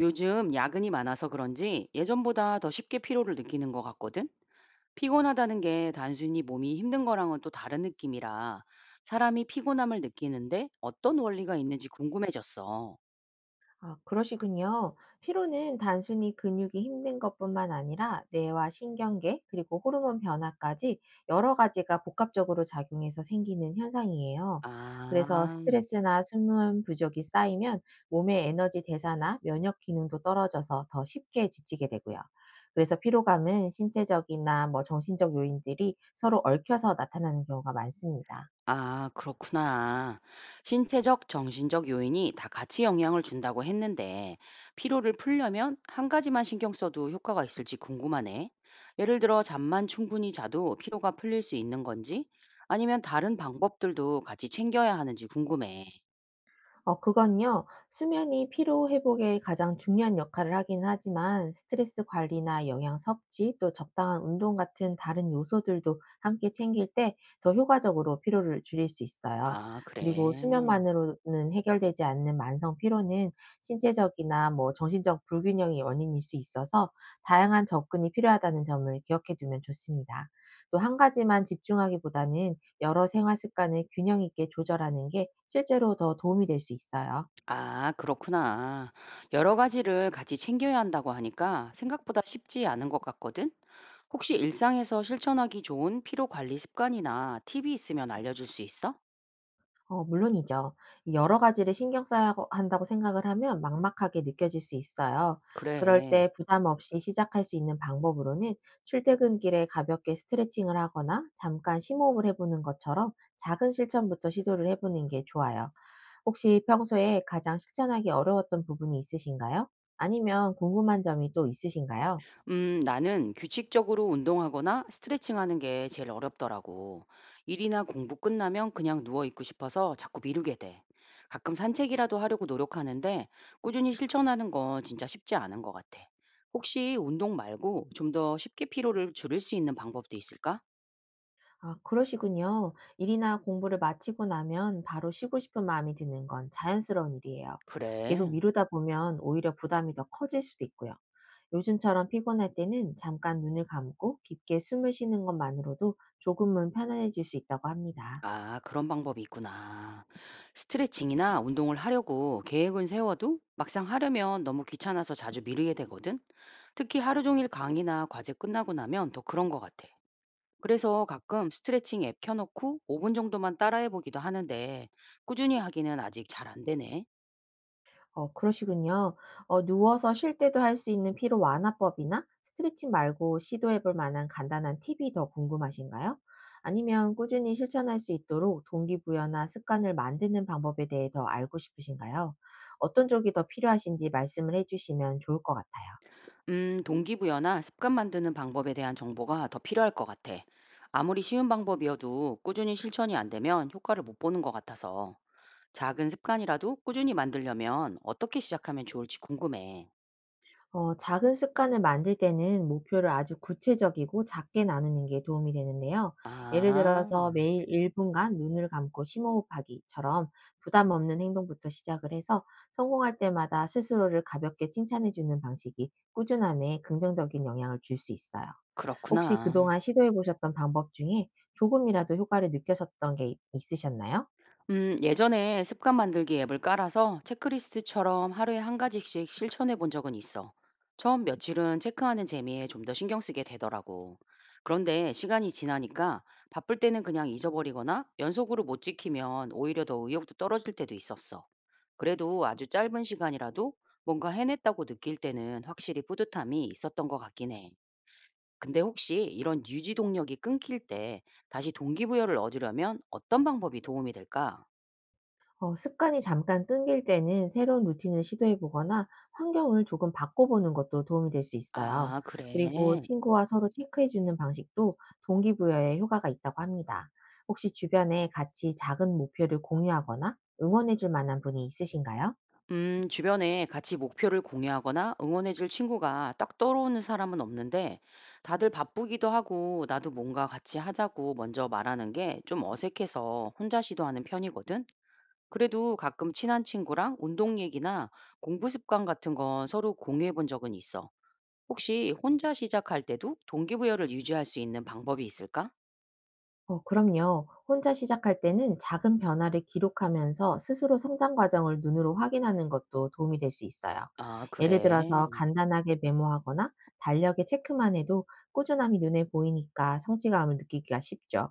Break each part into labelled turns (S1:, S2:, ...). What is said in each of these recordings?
S1: 요즘 야근이 많아서 그런지 예전보다 더 쉽게 피로를 느끼는 것 같거든? 피곤하다는 게 단순히 몸이 힘든 거랑은 또 다른 느낌이라 사람이 피곤함을 느끼는데 어떤 원리가 있는지 궁금해졌어.
S2: 아, 그러시군요. 피로는 단순히 근육이 힘든 것뿐만 아니라 뇌와 신경계, 그리고 호르몬 변화까지 여러 가지가 복합적으로 작용해서 생기는 현상이에요. 그래서
S1: 아,
S2: 스트레스나 수면 부족이 쌓이면 몸의 에너지 대사나 면역 기능도 떨어져서 더 쉽게 지치게 되고요. 그래서 피로감은 신체적이나 정신적 요인들이 서로 얽혀서 나타나는 경우가 많습니다.
S1: 아, 그렇구나. 신체적, 정신적 요인이 다 같이 영향을 준다고 했는데, 피로를 풀려면 한 가지만 신경 써도 효과가 있을지 궁금하네. 예를 들어, 잠만 충분히 자도 피로가 풀릴 수 있는 건지, 아니면 다른 방법들도 같이 챙겨야 하는지 궁금해.
S2: 그건요. 수면이 피로 회복에 가장 중요한 역할을 하긴 하지만 스트레스 관리나 영양 섭취 또 적당한 운동 같은 다른 요소들도 함께 챙길 때 더 효과적으로 피로를 줄일 수 있어요.
S1: 아,
S2: 그리고
S1: 그래.
S2: 수면만으로는 해결되지 않는 만성 피로는 신체적이나 정신적 불균형이 원인일 수 있어서 다양한 접근이 필요하다는 점을 기억해 두면 좋습니다. 또 한 가지만 집중하기보다는 여러 생활 습관을 균형 있게 조절하는 게 실제로 더 도움이 될 수 있어요.
S1: 아, 그렇구나. 여러 가지를 같이 챙겨야 한다고 하니까 생각보다 쉽지 않은 것 같거든? 혹시 일상에서 실천하기 좋은 피로 관리 습관이나 팁이 있으면 알려줄 수 있어?
S2: 물론이죠. 여러 가지를 신경 써야 하고 한다고 생각을 하면 막막하게 느껴질 수 있어요. 그럴
S1: 그래.
S2: 때 부담 없이 시작할 수 있는 방법으로는 출퇴근길에 가볍게 스트레칭을 하거나 잠깐 심호흡을 해보는 것처럼 작은 실천부터 시도를 해보는 게 좋아요. 혹시 평소에 가장 실천하기 어려웠던 부분이 있으신가요? 아니면 궁금한 점이 또 있으신가요?
S1: 나는 규칙적으로 운동하거나 스트레칭하는 게 제일 어렵더라고. 일이나 공부 끝나면 그냥 누워 있고 싶어서 자꾸 미루게 돼. 가끔 산책이라도 하려고 노력하는데 꾸준히 실천하는 건 진짜 쉽지 않은 것 같아. 혹시 운동 말고 좀 더 쉽게 피로를 줄일 수 있는 방법도 있을까?
S2: 아, 그러시군요. 일이나 공부를 마치고 나면 바로 쉬고 싶은 마음이 드는 건 자연스러운 일이에요. 계속
S1: 그래.
S2: 미루다 보면 오히려 부담이 더 커질 수도 있고요. 요즘처럼 피곤할 때는 잠깐 눈을 감고 깊게 숨을 쉬는 것만으로도 조금은 편안해질 수 있다고 합니다.
S1: 아, 그런 방법이 있구나. 스트레칭이나 운동을 하려고 계획은 세워도 막상 하려면 너무 귀찮아서 자주 미루게 되거든. 특히 하루 종일 강의나 과제 끝나고 나면 더 그런 것 같아. 그래서 가끔 스트레칭 앱 켜놓고 5분 정도만 따라해 보기도 하는데 꾸준히 하기는 아직 잘 안 되네.
S2: 그러시군요. 누워서 쉴 때도 할 수 있는 피로 완화법이나 스트레칭 말고 시도해 볼 만한 간단한 팁이 더 궁금하신가요? 아니면 꾸준히 실천할 수 있도록 동기부여나 습관을 만드는 방법에 대해 더 알고 싶으신가요? 어떤 쪽이 더 필요하신지 말씀을 해 주시면 좋을 것 같아요.
S1: 동기부여나 습관 만드는 방법에 대한 정보가 더 필요할 것 같아. 아무리 쉬운 방법이어도 꾸준히 실천이 안 되면 효과를 못 보는 것 같아서. 작은 습관이라도 꾸준히 만들려면 어떻게 시작하면 좋을지 궁금해.
S2: 작은 습관을 만들 때는 목표를 아주 구체적이고 작게 나누는 게 도움이 되는데요. 예를 들어서
S1: 아,
S2: 매일 1분간 눈을 감고 심호흡하기처럼 부담 없는 행동부터 시작을 해서 성공할 때마다 스스로를 가볍게 칭찬해주는 방식이 꾸준함에 긍정적인 영향을 줄 수 있어요. 혹시
S1: 그렇구나.
S2: 그동안 시도해 보셨던 방법 중에 조금이라도 효과를 느끼셨던 게 있으셨나요?
S1: 예전에 습관 만들기 앱을 깔아서 체크리스트처럼 하루에 한 가지씩 실천해 본 적은 있어. 처음 며칠은 체크하는 재미에 좀 더 신경 쓰게 되더라고. 그런데 시간이 지나니까 바쁠 때는 그냥 잊어버리거나 연속으로 못 지키면 오히려 더 의욕도 떨어질 때도 있었어. 그래도 아주 짧은 시간이라도 뭔가 해냈다고 느낄 때는 확실히 뿌듯함이 있었던 것 같긴 해. 근데 혹시 이런 유지 동력이 끊길 때 다시 동기부여를 얻으려면 어떤 방법이 도움이 될까?
S2: 습관이 잠깐 끊길 때는 새로운 루틴을 시도해 보거나 환경을 조금 바꿔 보는 것도 도움이 될 수 있어요.
S1: 아
S2: 그리고
S1: 그래.
S2: 친구와 서로 체크해 주는 방식도 동기부여에 효과가 있다고 합니다. 혹시 주변에 같이 작은 목표를 공유하거나 응원해 줄 만한 분이 있으신가요?
S1: 주변에 같이 목표를 공유하거나 응원해 줄 친구가 딱 떠오르는 사람은 없는데 다들 바쁘기도 하고 나도 뭔가 같이 하자고 먼저 말하는 게 좀 어색해서 혼자 시도하는 편이거든. 그래도 가끔 친한 친구랑 운동 얘기나 공부 습관 같은 건 서로 공유해 본 적은 있어. 혹시 혼자 시작할 때도 동기부여를 유지할 수 있는 방법이 있을까?
S2: 그럼요. 혼자 시작할 때는 작은 변화를 기록하면서 스스로 성장 과정을 눈으로 확인하는 것도 도움이 될 수 있어요.
S1: 아,
S2: 예를
S1: 그래.
S2: 들어서 간단하게 메모하거나 달력에 체크만 해도 꾸준함이 눈에 보이니까 성취감을 느끼기가 쉽죠.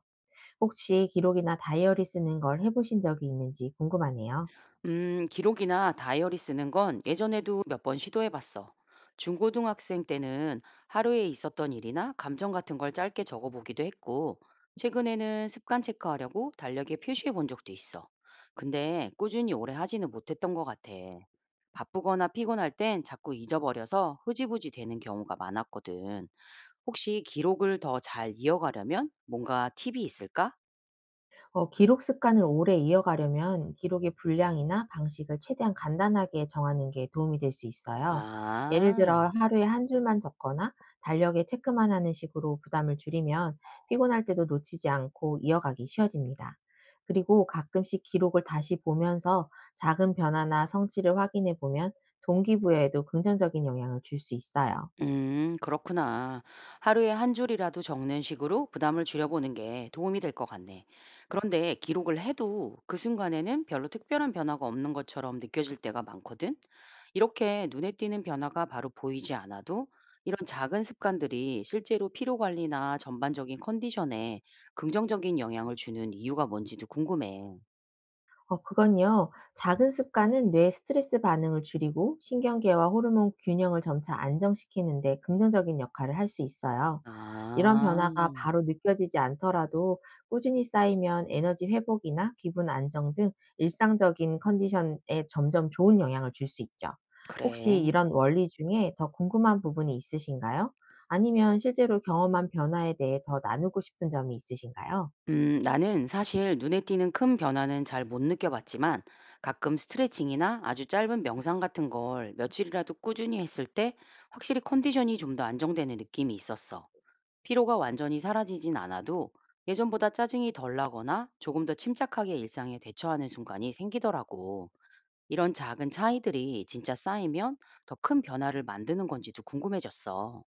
S2: 혹시 기록이나 다이어리 쓰는 걸 해보신 적이 있는지 궁금하네요.
S1: 기록이나 다이어리 쓰는 건 예전에도 몇 번 시도해 봤어. 중고등학생 때는 하루에 있었던 일이나 감정 같은 걸 짧게 적어 보기도 했고, 최근에는 습관 체크하려고 달력에 표시해 본 적도 있어. 근데 꾸준히 오래 하지는 못했던 것 같아. 바쁘거나 피곤할 땐 자꾸 잊어버려서 흐지부지 되는 경우가 많았거든. 혹시 기록을 더 잘 이어가려면 뭔가 팁이 있을까?
S2: 기록 습관을 오래 이어가려면 기록의 분량이나 방식을 최대한 간단하게 정하는 게 도움이 될 수 있어요. 예를
S1: 아.
S2: 들어 하루에 한 줄만 적거나 달력에 체크만 하는 식으로 부담을 줄이면 피곤할 때도 놓치지 않고 이어가기 쉬워집니다. 그리고 가끔씩 기록을 다시 보면서 작은 변화나 성취를 확인해 보면 동기부여에도 긍정적인 영향을 줄 수 있어요.
S1: 그렇구나. 하루에 한 줄이라도 적는 식으로 부담을 줄여보는 게 도움이 될 것 같네. 그런데 기록을 해도 그 순간에는 별로 특별한 변화가 없는 것처럼 느껴질 때가 많거든. 이렇게 눈에 띄는 변화가 바로 보이지 않아도 이런 작은 습관들이 실제로 피로 관리나 전반적인 컨디션에 긍정적인 영향을 주는 이유가 뭔지도 궁금해.
S2: 그건요. 작은 습관은 뇌의 스트레스 반응을 줄이고 신경계와 호르몬 균형을 점차 안정시키는데 긍정적인 역할을 할 수 있어요. 이런
S1: 아,
S2: 변화가 바로 느껴지지 않더라도 꾸준히 쌓이면 에너지 회복이나 기분 안정 등 일상적인 컨디션에 점점 좋은 영향을 줄 수 있죠. 혹시
S1: 그래.
S2: 이런 원리 중에 더 궁금한 부분이 있으신가요? 아니면 실제로 경험한 변화에 대해 더 나누고 싶은 점이 있으신가요?
S1: 나는 사실 눈에 띄는 큰 변화는 잘 못 느껴봤지만 가끔 스트레칭이나 아주 짧은 명상 같은 걸 며칠이라도 꾸준히 했을 때 확실히 컨디션이 좀 더 안정되는 느낌이 있었어. 피로가 완전히 사라지진 않아도 예전보다 짜증이 덜 나거나 조금 더 침착하게 일상에 대처하는 순간이 생기더라고. 이런 작은 차이들이 진짜 쌓이면 더 큰 변화를 만드는 건지도 궁금해졌어.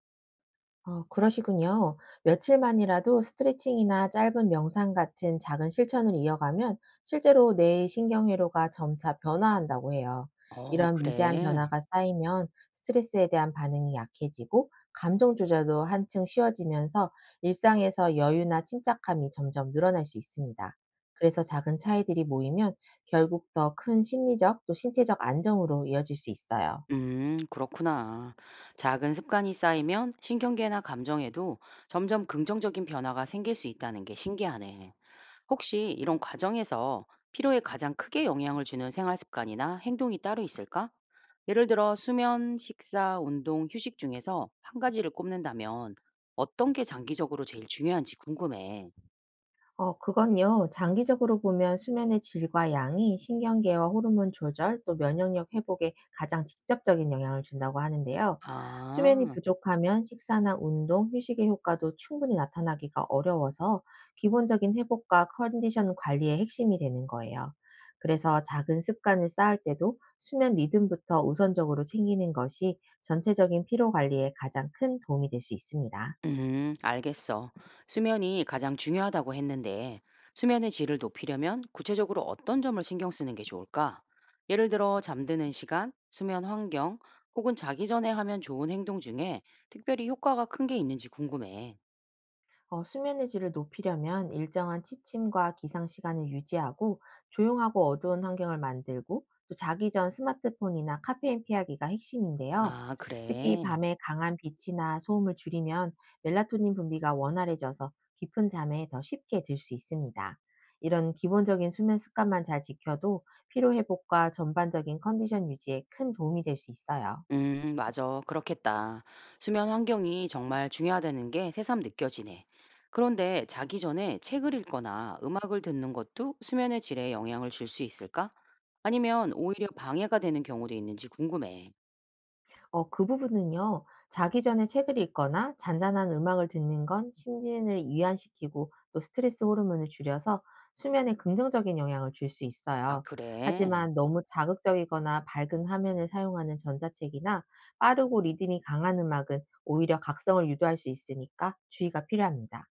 S2: 그러시군요. 며칠만이라도 스트레칭이나 짧은 명상 같은 작은 실천을 이어가면 실제로 뇌의 신경회로가 점차 변화한다고 해요.
S1: 어,
S2: 이런 미세한
S1: 그래.
S2: 변화가 쌓이면 스트레스에 대한 반응이 약해지고 감정 조절도 한층 쉬워지면서 일상에서 여유나 침착함이 점점 늘어날 수 있습니다. 그래서 작은 차이들이 모이면 결국 더 큰 심리적 또 신체적 안정으로 이어질 수 있어요.
S1: 그렇구나. 작은 습관이 쌓이면 신경계나 감정에도 점점 긍정적인 변화가 생길 수 있다는 게 신기하네. 혹시 이런 과정에서 피로에 가장 크게 영향을 주는 생활 습관이나 행동이 따로 있을까? 예를 들어 수면, 식사, 운동, 휴식 중에서 한 가지를 꼽는다면 어떤 게 장기적으로 제일 중요한지 궁금해.
S2: 그건요. 장기적으로 보면 수면의 질과 양이 신경계와 호르몬 조절 또 면역력 회복에 가장 직접적인 영향을 준다고 하는데요. 수면이
S1: 아.
S2: 부족하면 식사나 운동, 휴식의 효과도 충분히 나타나기가 어려워서 기본적인 회복과 컨디션 관리의 핵심이 되는 거예요. 그래서 작은 습관을 쌓을 때도 수면 리듬부터 우선적으로 챙기는 것이 전체적인 피로 관리에 가장 큰 도움이 될 수 있습니다.
S1: 알겠어. 수면이 가장 중요하다고 했는데, 수면의 질을 높이려면 구체적으로 어떤 점을 신경 쓰는 게 좋을까? 예를 들어, 잠드는 시간, 수면 환경, 혹은 자기 전에 하면 좋은 행동 중에 특별히 효과가 큰 게 있는지 궁금해.
S2: 수면의 질을 높이려면 일정한 취침과 기상 시간을 유지하고 조용하고 어두운 환경을 만들고 또 자기 전 스마트폰이나 카페인 피하기가 핵심인데요.
S1: 아,
S2: 특히
S1: 그래.
S2: 밤에 강한 빛이나 소음을 줄이면 멜라토닌 분비가 원활해져서 깊은 잠에 더 쉽게 들 수 있습니다. 이런 기본적인 수면 습관만 잘 지켜도 피로 회복과 전반적인 컨디션 유지에 큰 도움이 될 수 있어요.
S1: 맞아. 그렇겠다. 수면 환경이 정말 중요하다는 게 새삼 느껴지네. 그런데 자기 전에 책을 읽거나 음악을 듣는 것도 수면의 질에 영향을 줄 수 있을까? 아니면 오히려 방해가 되는 경우도 있는지 궁금해.
S2: 그 부분은요, 자기 전에 책을 읽거나 잔잔한 음악을 듣는 건 심신을 이완시키고 또 스트레스 호르몬을 줄여서 수면에 긍정적인 영향을 줄 수
S1: 아,
S2: 있어요.
S1: 그래?
S2: 하지만 너무 자극적이거나 밝은 화면을 사용하는 전자책이나 빠르고 리듬이 강한 음악은 오히려 각성을 유도할 수 있으니까 주의가 필요합니다.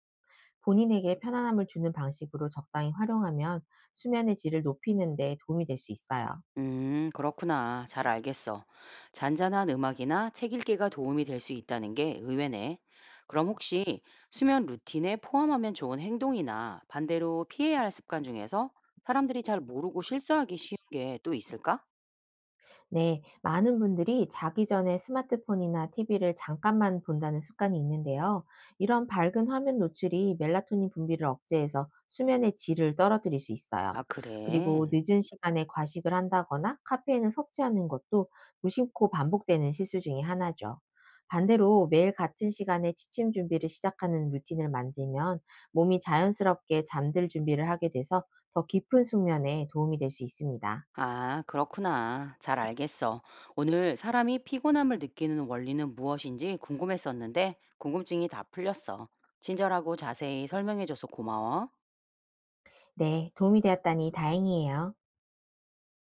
S2: 본인에게 편안함을 주는 방식으로 적당히 활용하면 수면의 질을 높이는 데 도움이 될 수 있어요.
S1: 그렇구나. 잘 알겠어. 잔잔한 음악이나 책 읽기가 도움이 될 수 있다는 게 의외네. 그럼 혹시 수면 루틴에 포함하면 좋은 행동이나 반대로 피해야 할 습관 중에서 사람들이 잘 모르고 실수하기 쉬운 게 또 있을까?
S2: 네, 많은 분들이 자기 전에 스마트폰이나 TV를 잠깐만 본다는 습관이 있는데요. 이런 밝은 화면 노출이 멜라토닌 분비를 억제해서 수면의 질을 떨어뜨릴 수 있어요.
S1: 아,
S2: 그리고
S1: 그래.
S2: 늦은 시간에 과식을 한다거나 카페인을 섭취하는 것도 무심코 반복되는 실수 중에 하나죠. 반대로 매일 같은 시간에 취침 준비를 시작하는 루틴을 만들면 몸이 자연스럽게 잠들 준비를 하게 돼서 더 깊은 숙면에 도움이 될 수 있습니다.
S1: 아, 그렇구나. 잘 알겠어. 오늘 사람이 피곤함을 느끼는 원리는 무엇인지 궁금했었는데 궁금증이 다 풀렸어. 친절하고 자세히 설명해줘서 고마워.
S2: 네, 도움이 되었다니 다행이에요.